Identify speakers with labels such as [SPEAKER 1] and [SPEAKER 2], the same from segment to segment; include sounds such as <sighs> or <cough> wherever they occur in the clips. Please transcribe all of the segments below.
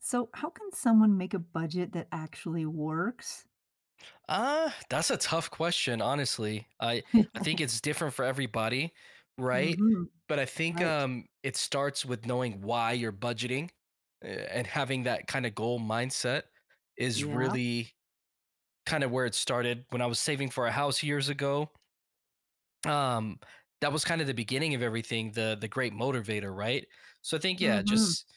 [SPEAKER 1] So, how can someone make a budget that actually works?
[SPEAKER 2] That's a tough question, honestly. I
[SPEAKER 1] <laughs>
[SPEAKER 2] think it's different for everybody, right?
[SPEAKER 1] Mhm.
[SPEAKER 2] But I think
[SPEAKER 1] Right.
[SPEAKER 2] it starts with knowing why you're budgeting and having that kind of goal mindset is
[SPEAKER 1] Yeah.
[SPEAKER 2] really kind of where it started when I was saving for a house years ago. Um that was kind of the beginning of everything, the great motivator, right? So I think yeah,
[SPEAKER 1] Mhm.
[SPEAKER 2] just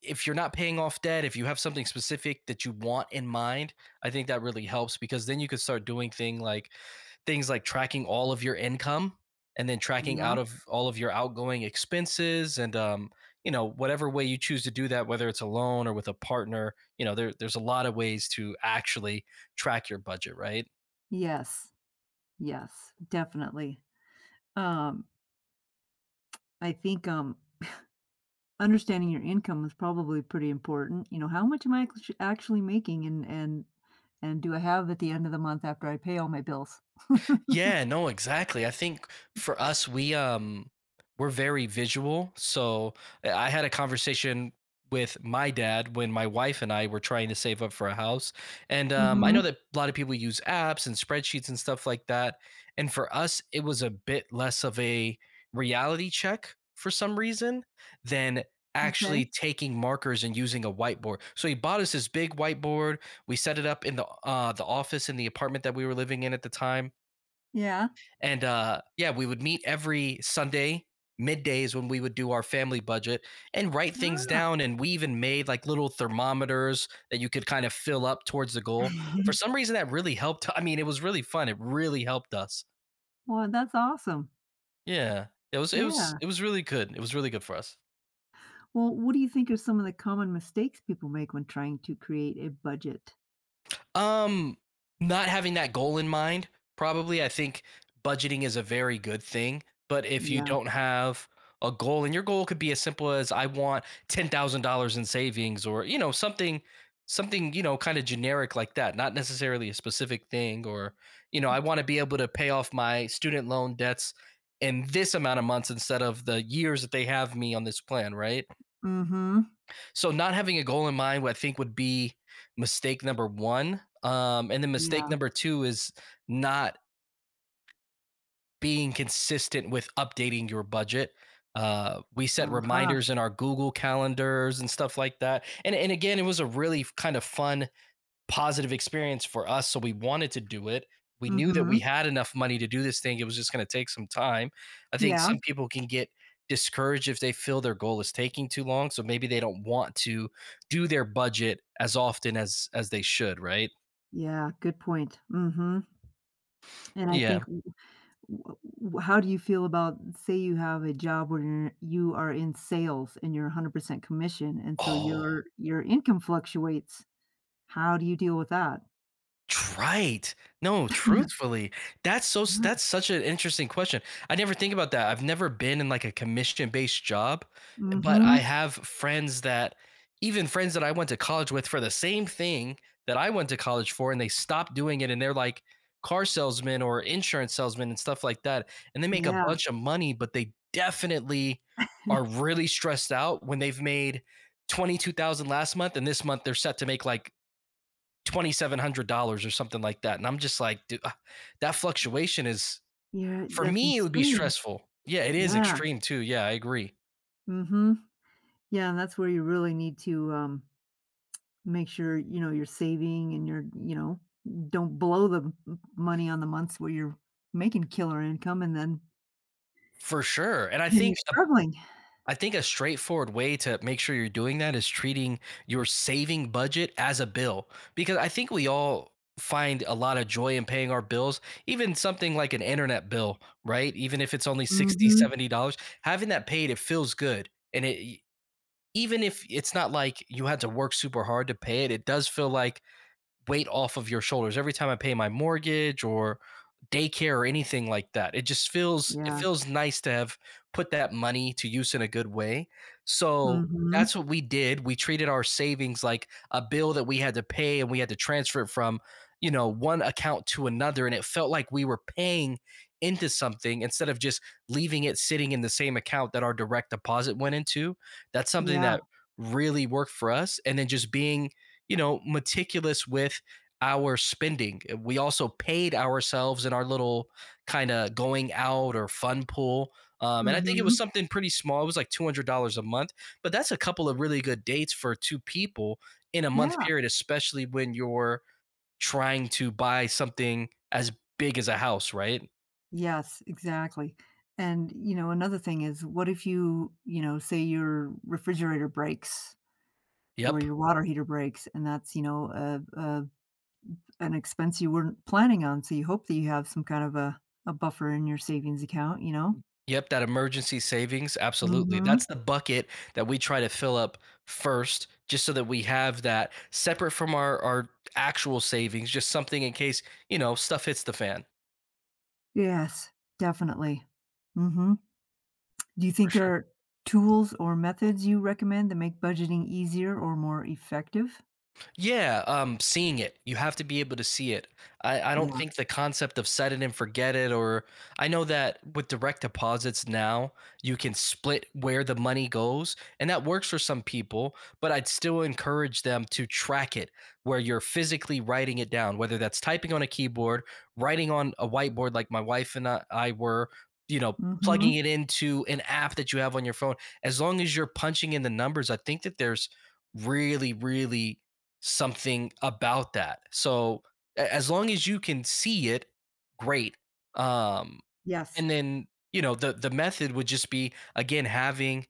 [SPEAKER 2] if you're not paying off debt, if you have something specific that you want in mind, I think that really helps because then you could start doing things like tracking all of your income and then tracking
[SPEAKER 1] Yeah.
[SPEAKER 2] out of all of your outgoing expenses and you know whatever way you choose to do that, whether it's alone or with a partner, you know there's a lot of ways to actually track your budget, right?
[SPEAKER 1] Yes. Yes, definitely. Um, I think, understanding your income is probably pretty important. You know, how much am I actually making and do I have at the end of the month after I pay all my bills?
[SPEAKER 2] Yeah, no, exactly. I think for us, we're very visual. So I had a conversation with my dad when my wife and I were trying to save up for a house. And I know
[SPEAKER 1] Mhm.
[SPEAKER 2] that a lot of people use apps and spreadsheets and stuff like that. And for us, it was a bit less of a reality check for some reason than actually
[SPEAKER 1] Okay.
[SPEAKER 2] taking markers and using a whiteboard. So he bought us this big whiteboard. We set it up in the office in the apartment that we were living in at the time
[SPEAKER 1] Yeah.
[SPEAKER 2] and yeah, we would meet every Sunday middays when we would do our family budget and write things
[SPEAKER 1] Ah.
[SPEAKER 2] down. And we even made like little thermometers that you could kind of fill up towards the goal. For some
[SPEAKER 1] <laughs>
[SPEAKER 2] reason, that really helped. I mean, it was really fun. It really helped us.
[SPEAKER 1] Well, that's awesome.
[SPEAKER 2] Yeah, it was. It was.
[SPEAKER 1] Yeah.
[SPEAKER 2] It was really good. It was really good for us.
[SPEAKER 1] Well, what do you think are some of the common mistakes people make when trying to create a budget?
[SPEAKER 2] Um, not having that goal in mind, probably. I think budgeting is a very good thing, but if you
[SPEAKER 1] Yeah.
[SPEAKER 2] don't have a goal, and your goal could be as simple as I want $10,000 in savings, or you know something, something you know kind of generic like that, not necessarily a specific thing, or you know I want to be able to pay off my student loan debts in this amount of months instead of the years that they have me on this plan, right?
[SPEAKER 1] Mm. Mhm.
[SPEAKER 2] So not having a goal in mind, what I think would be mistake number one. And then mistake
[SPEAKER 1] Yeah.
[SPEAKER 2] number two is not being consistent with updating your budget. We set
[SPEAKER 1] Uh-huh.
[SPEAKER 2] reminders in our Google calendars and stuff like that. And again, it was a really kind of fun positive experience for us. So we wanted to do it. We
[SPEAKER 1] Mm.
[SPEAKER 2] knew that we
[SPEAKER 1] Mhm.
[SPEAKER 2] had enough money to do this thing. It was just going to take some time. I think
[SPEAKER 1] Yeah.
[SPEAKER 2] some people can get discouraged if they feel their goal is taking too long. So maybe they don't want to do their budget as often as they should, right?
[SPEAKER 1] Yeah, good point. Mm. Mhm. And I
[SPEAKER 2] Yeah.
[SPEAKER 1] think w w w how do you feel about say you have a job where you are in sales and you're 100% commission, and so
[SPEAKER 2] Oh,
[SPEAKER 1] your income fluctuates. How do you deal with that?
[SPEAKER 2] right. No, truthfully, that's so s
[SPEAKER 1] Yeah.
[SPEAKER 2] that's such an interesting question. I never think about that. I've never been in, like, a commission-based job,
[SPEAKER 1] Mm.
[SPEAKER 2] but I
[SPEAKER 1] Mhm.
[SPEAKER 2] have friends that even friends that I went to college with for the same thing that I went to college for, and they stopped doing it, and they're, like, car salesmen or insurance salesmen and stuff like that, and they make a
[SPEAKER 1] Yeah.
[SPEAKER 2] bunch of money, but they definitely are
[SPEAKER 1] <laughs>
[SPEAKER 2] really stressed out when they've made 22,000 last month, and this month they're set to make, like, $2,700 or something like that. And I'm just like, dude, that fluctuation is,
[SPEAKER 1] Yeah,
[SPEAKER 2] for
[SPEAKER 1] that's
[SPEAKER 2] me, it would be
[SPEAKER 1] insane.
[SPEAKER 2] stressful. Yeah, it is
[SPEAKER 1] Yeah.
[SPEAKER 2] extreme too. Yeah, I agree
[SPEAKER 1] Mm. Mhm. Yeah, and that's where you really need to, make sure, you're saving and don't blow the m money on the months where you're making killer income and then
[SPEAKER 2] for sure. And
[SPEAKER 1] then you're struggling.
[SPEAKER 2] I think a straightforward way to make sure you're doing that is treating your saving budget as a bill because I think we all find a lot of joy in paying our bills, even something like an internet bill, right? Even if it's only $60,
[SPEAKER 1] Mhm.
[SPEAKER 2] $70, having that paid it feels good and it even if it's not like you had to work super hard to pay it, it does feel like weight off of your shoulders every time I pay my mortgage or daycare or anything like that. It
[SPEAKER 1] Yeah.
[SPEAKER 2] feels nice to have put that money to use in a good way. So
[SPEAKER 1] Mhm.
[SPEAKER 2] that's what we did. We treated our savings like a bill that we had to pay and we had to transfer it from, you know, one account to another and it felt like we were paying into something instead of just leaving it sitting in the same account that our direct deposit went into. That's something
[SPEAKER 1] Yeah.
[SPEAKER 2] that really worked for us and then just being you know, meticulous with our spending. We also paid ourselves in our little kind of going out or fun pool. And I think it was
[SPEAKER 1] Mhm.
[SPEAKER 2] something pretty small. It was like $200 a month, but that's a couple of really good dates for two people in a month
[SPEAKER 1] Yeah.
[SPEAKER 2] period, especially when you're trying to buy something as big as a house, right?
[SPEAKER 1] Yes, exactly. Another thing is what if say your refrigerator breaks or
[SPEAKER 2] Yep.
[SPEAKER 1] your water heater breaks and that's, you know, a an expense you weren't planning on, so you hope that you have some kind of a buffer in your savings account, you know?
[SPEAKER 2] Yep, that emergency savings, absolutely.
[SPEAKER 1] Mhm.
[SPEAKER 2] That's the bucket that we try to fill up first, just so that we have that separate from our actual savings, just something in case, you know, stuff hits the fan
[SPEAKER 1] Yes, definitely. Mhm. Do you
[SPEAKER 2] for
[SPEAKER 1] think
[SPEAKER 2] sure.
[SPEAKER 1] there are tools or methods you recommend that make budgeting easier or more effective?
[SPEAKER 2] Yeah, seeing it. You have to be able to see it. I don't
[SPEAKER 1] Yeah.
[SPEAKER 2] think the concept of set it and forget it, or I know that with direct deposits now, you can split where the money goes, and that works for some people, but I'd still encourage them to track it where you're physically writing it down, whether that's typing on a keyboard, writing on a whiteboard like my wife and I were, you know, plugging
[SPEAKER 1] Mhm.
[SPEAKER 2] it into an app that you have on your phone. As long as you're punching in the numbers, I think that there's really something about that. So as long as you can see it, great. Um,
[SPEAKER 1] Yes.
[SPEAKER 2] and then you know the method would just be again having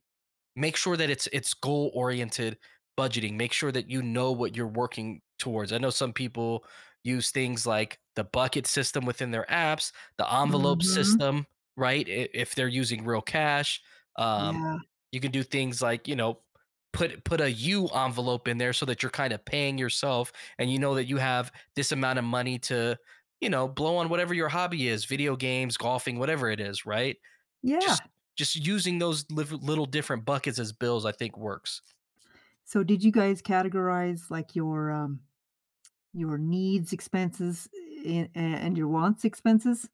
[SPEAKER 2] make sure that it's goal oriented budgeting. Make sure that you know what you're working towards. I know some people use things like the bucket system within their apps, the envelope
[SPEAKER 1] Mhm.
[SPEAKER 2] system, right? If they're using real cash, um,
[SPEAKER 1] Yeah.
[SPEAKER 2] you can do things like, you know, put a u envelope in there so that you're kind of paying yourself and you know that you have this amount of money to, you know, blow on whatever your hobby is, video games, golfing, whatever it is, right? just
[SPEAKER 1] Yeah.
[SPEAKER 2] just using those little different buckets as bills, I think works.
[SPEAKER 1] So did you guys categorize, like, your needs expenses, eh, a and your wants expenses?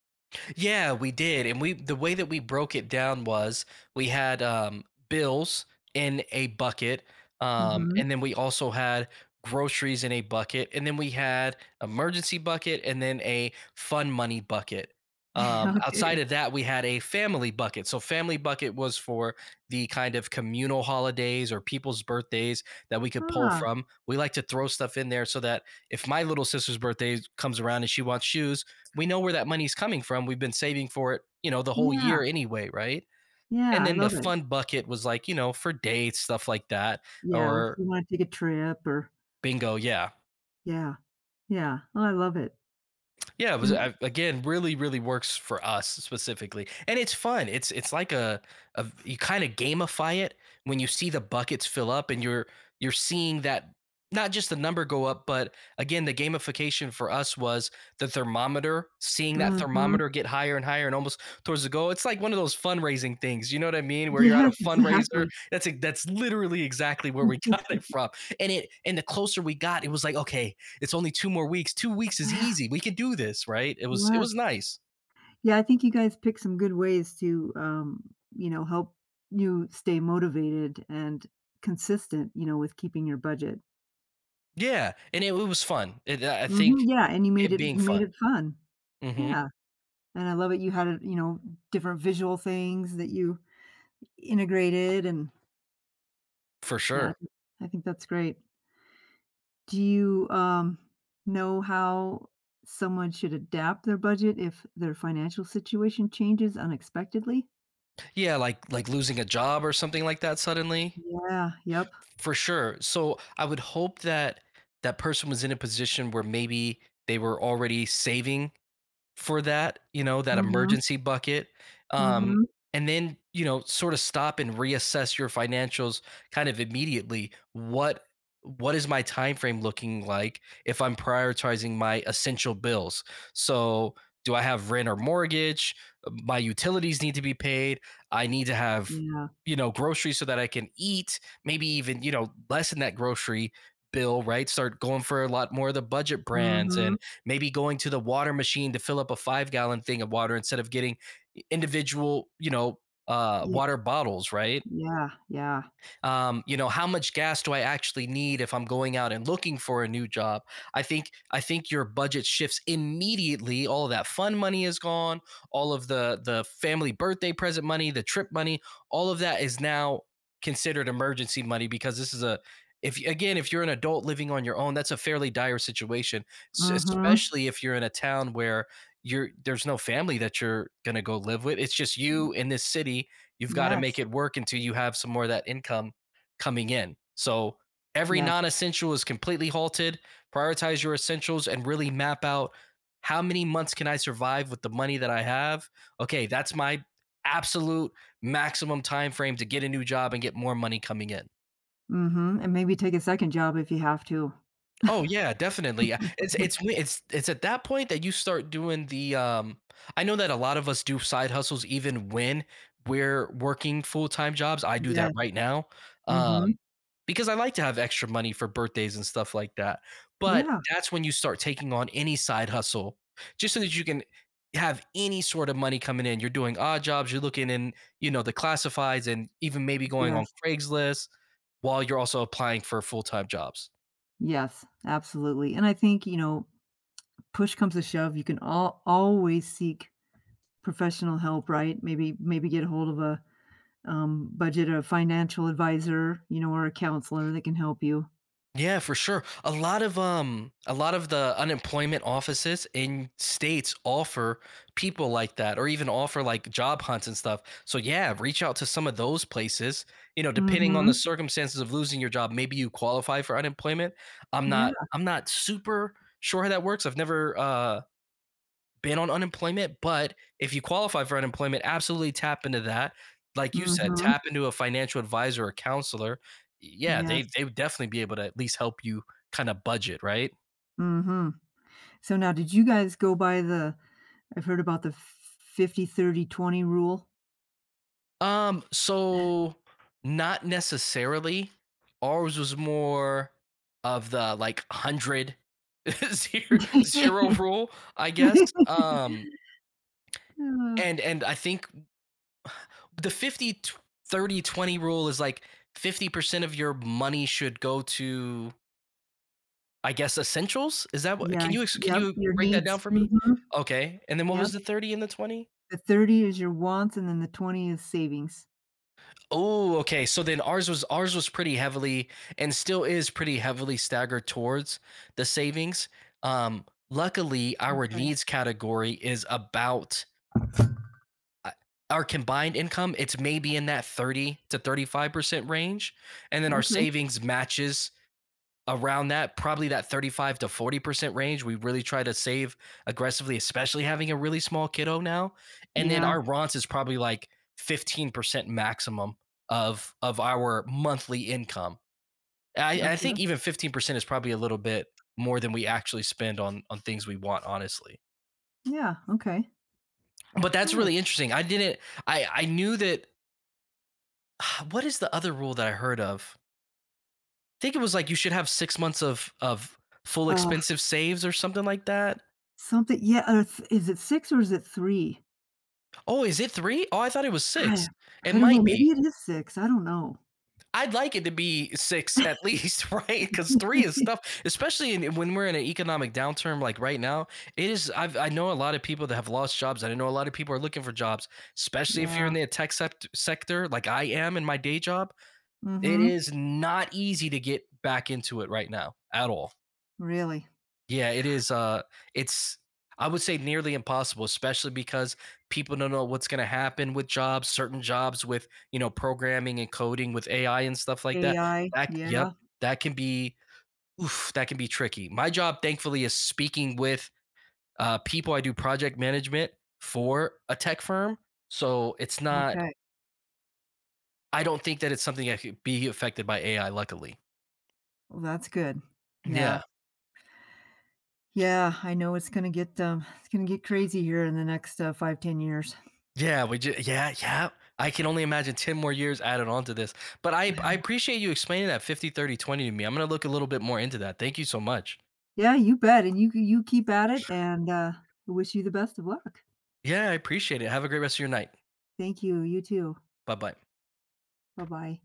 [SPEAKER 2] Yeah, we did. And we the way that we broke it down was we had bills in a bucket, um,
[SPEAKER 1] Mhm.
[SPEAKER 2] and then we also had groceries in a bucket, and then we had emergency bucket and then a fun money bucket. Um,
[SPEAKER 1] <laughs>
[SPEAKER 2] outside
[SPEAKER 1] Okay.
[SPEAKER 2] of that we had a family bucket. So family bucket was for the kind of communal holidays or people's birthdays that we could pull
[SPEAKER 1] Ah,
[SPEAKER 2] from. We like to throw stuff in there so that if my little sister's birthday comes around and she wants shoes, we know where that money's coming from. We've been saving for it, you know, the whole
[SPEAKER 1] yeah.
[SPEAKER 2] year anyway, right?
[SPEAKER 1] Yeah,
[SPEAKER 2] And
[SPEAKER 1] I
[SPEAKER 2] then the
[SPEAKER 1] love it.
[SPEAKER 2] fun bucket was like, you know, for dates, stuff like that,
[SPEAKER 1] Yeah, or if
[SPEAKER 2] or
[SPEAKER 1] you wanna take a trip or.
[SPEAKER 2] bingo, yeah.
[SPEAKER 1] Yeah. Yeah. Oh, I love it. And.
[SPEAKER 2] Again, really really works for us specifically, and it's fun. It's like a you kind of gamify it when you see the buckets fill up, and you're seeing that not just the number go up, but again the gamification for us was the thermometer, seeing that
[SPEAKER 1] Mhm.
[SPEAKER 2] thermometer get higher and higher, and almost towards the goal. It's like one of those fundraising things, you know what I mean, where you're at a
[SPEAKER 1] Yes,
[SPEAKER 2] fundraiser.
[SPEAKER 1] exactly.
[SPEAKER 2] That's literally exactly where we <laughs> got
[SPEAKER 1] <laughs>
[SPEAKER 2] it from, and it and the closer we got, it was like okay, it's only 2 more weeks. 2 weeks is easy. We can do this, right? It was
[SPEAKER 1] Yes.
[SPEAKER 2] nice.
[SPEAKER 1] Yeah, I think you guys pick some good ways to, help you stay motivated and consistent, with keeping your budget.
[SPEAKER 2] Yeah, and it was fun. I
[SPEAKER 1] Mhm,
[SPEAKER 2] think
[SPEAKER 1] yeah, and you made
[SPEAKER 2] it
[SPEAKER 1] it
[SPEAKER 2] being
[SPEAKER 1] you
[SPEAKER 2] fun.
[SPEAKER 1] made it fun.
[SPEAKER 2] Hmm.
[SPEAKER 1] Yeah, and I love it you had it, different visual things that you integrated. And
[SPEAKER 2] For
[SPEAKER 1] yeah, I
[SPEAKER 2] sure.
[SPEAKER 1] think that's great. Do you, know how someone should adapt their budget if their financial situation changes unexpectedly?
[SPEAKER 2] Yeah, like losing a job or something like that suddenly.
[SPEAKER 1] Yeah, yep.
[SPEAKER 2] For sure. So I would hope that that person was in a position where maybe they were already saving for that, you know, that
[SPEAKER 1] Mhm,
[SPEAKER 2] emergency bucket. Um,
[SPEAKER 1] mhm.
[SPEAKER 2] and then, you know, sort of stop and reassess your financials kind of immediately. What is my time frame looking like if I'm prioritizing my essential bills? So do I have rent or mortgage? My utilities need to be paid. I need to have,
[SPEAKER 1] Yeah.
[SPEAKER 2] groceries so that I can eat, maybe even, lessen that grocery bill, right? Start going for a lot more of the budget brands and
[SPEAKER 1] Mhm.
[SPEAKER 2] maybe going to the water machine to fill up a 5 gallon thing of water instead of getting individual,
[SPEAKER 1] Ye
[SPEAKER 2] water bottles, right?
[SPEAKER 1] yeah, yeah.
[SPEAKER 2] How much gas do I actually need if I'm going out and looking for a new job? I think your budget shifts immediately. All of that fun money is gone, all of the family birthday present money, the trip money, all of that is now considered emergency money, because this is a, if you're an adult living on your own, that's a fairly dire situation.
[SPEAKER 1] Mhm.
[SPEAKER 2] Especially if you're in a town where you're there's no family that you're going to go live with, it's just you in this city. You've got to make
[SPEAKER 1] Yes,
[SPEAKER 2] it work until you have some more of that income coming in. So every
[SPEAKER 1] yes.
[SPEAKER 2] non essential is completely halted. Prioritize your essentials and really map out, how many months can I survive with the money that I have? Okay, that's my absolute maximum time frame to get a new job and get more money coming in.
[SPEAKER 1] Mhm, and maybe take a second job if you have to.
[SPEAKER 2] Oh yeah, definitely. Yeah. It's
[SPEAKER 1] <laughs>
[SPEAKER 2] when- it's at that point that you start doing the I know that a lot of us do side hustles even when we're working full-time jobs. I do
[SPEAKER 1] Yeah.
[SPEAKER 2] that right now.
[SPEAKER 1] Mhm.
[SPEAKER 2] Um because I like to have extra money for birthdays and stuff like that. But
[SPEAKER 1] Yeah.
[SPEAKER 2] that's when you start taking on any side hustle just so that you can have any sort of money coming in. You're doing odd jobs, you're looking in, you know, the classifieds, and even maybe going on
[SPEAKER 1] Yes.
[SPEAKER 2] Craigslist while you're also applying for full-time jobs.
[SPEAKER 1] Yes, absolutely, and I think, push comes to shove, you can al always seek professional help, right? Maybe get a hold of a, budget or a financial advisor, or a counselor that can help you.
[SPEAKER 2] Yeah, for sure. A lot of the unemployment offices in states offer people like that, or even offer like job hunts and stuff. So yeah, reach out to some of those places. You know, depending on the
[SPEAKER 1] Mhm.
[SPEAKER 2] circumstances of losing your job, maybe you qualify for unemployment. I'm
[SPEAKER 1] Yeah.
[SPEAKER 2] not I'm not super sure how that works. I've never been on unemployment, but if you qualify for unemployment, absolutely tap into that. Like you said,
[SPEAKER 1] Mhm.
[SPEAKER 2] tap into a financial advisor or counselor. Yeah,
[SPEAKER 1] Yeah.
[SPEAKER 2] they would definitely be able to at least help you kind of budget, right?
[SPEAKER 1] Mhm. So now did you guys go by the I've heard about the 50, 30, 20 rule?
[SPEAKER 2] So not necessarily. Ours was more of the like hundred, <laughs> zero, zero
[SPEAKER 1] <laughs>
[SPEAKER 2] rule, I guess. Um,
[SPEAKER 1] Uh,
[SPEAKER 2] and I think the 50, 30, 20 rule is like 50% of your money should go to, I guess, essentials? Is that what,
[SPEAKER 1] yeah,
[SPEAKER 2] can you can
[SPEAKER 1] yep,
[SPEAKER 2] you
[SPEAKER 1] your
[SPEAKER 2] break that down
[SPEAKER 1] needs.
[SPEAKER 2] for me?
[SPEAKER 1] Mhm,
[SPEAKER 2] Okay. And then what
[SPEAKER 1] yep.
[SPEAKER 2] was the 30 and the 20?
[SPEAKER 1] The 30 is your wants, and then the 20 is savings.
[SPEAKER 2] Oh, okay. So then ours was pretty heavily, and still is pretty heavily, staggered towards the savings. Um, luckily our
[SPEAKER 1] Okay.
[SPEAKER 2] needs category is about uh, our combined income, it's maybe in that 30 to 35% range, and then our
[SPEAKER 1] Okay.
[SPEAKER 2] savings matches around that, probably that 35 to 40% range. We really try to save aggressively, especially having a really small kiddo now. And then
[SPEAKER 1] Yeah,
[SPEAKER 2] our Ronce is probably like 15% maximum of our monthly income. I
[SPEAKER 1] okay.
[SPEAKER 2] think even 15% is probably a little bit more than we actually spend on things we want, honestly.
[SPEAKER 1] Yeah, okay.
[SPEAKER 2] But that's
[SPEAKER 1] Nice.
[SPEAKER 2] really interesting. I didn't I knew that <sighs> what is the other rule that I heard of? I think it was like you should have 6 months of full
[SPEAKER 1] Uh,
[SPEAKER 2] expensive saves or something like that.
[SPEAKER 1] something, yeah, it's is it 6 or is it 3?
[SPEAKER 2] Oh, is it 3? Oh, I thought it was 6.
[SPEAKER 1] I
[SPEAKER 2] It
[SPEAKER 1] I don't know,
[SPEAKER 2] might be.
[SPEAKER 1] maybe it is 6, I don't know.
[SPEAKER 2] I'd like it to be 6 at least, <laughs> right? Because 3 is
[SPEAKER 1] <laughs>
[SPEAKER 2] tough, especially in, when we're in an economic downturn like right now, it is, I've I know a lot of people that have lost jobs, I know a lot of people are looking for jobs, especially if you're in
[SPEAKER 1] Yeah.
[SPEAKER 2] the tech sector like I am in my day job. It
[SPEAKER 1] Mhm,
[SPEAKER 2] is not easy to get back into it right now at all.
[SPEAKER 1] really.
[SPEAKER 2] Yeah, it is, it's, I would say, nearly impossible, especially because people don't know what's gonna happen with jobs, certain jobs with, you know, programming and coding with AI and stuff like that.
[SPEAKER 1] AI,
[SPEAKER 2] That yep,
[SPEAKER 1] yeah.
[SPEAKER 2] that can be, oof, that can be tricky. My job, thankfully, is speaking with, people. I do project management for a tech firm, so it's not,
[SPEAKER 1] Okay.
[SPEAKER 2] I don't think that it's something that could be affected by AI, luckily.
[SPEAKER 1] Well, that's good. Yeah.
[SPEAKER 2] Yeah.
[SPEAKER 1] Yeah, I know it's gonna get crazy here in the next, 5, 10 years.
[SPEAKER 2] Yeah. I can only imagine 10 more years added on to this. But I appreciate you explaining that 50, 30, 20 to me. I'm going to look a little bit more into that. Thank you so much.
[SPEAKER 1] Yeah, you bet, and you keep at it, and, wish you the best of luck.
[SPEAKER 2] Yeah, I appreciate it. Have a great rest of your night.
[SPEAKER 1] Thank you. You too.
[SPEAKER 2] Bye-bye.
[SPEAKER 1] Bye-bye.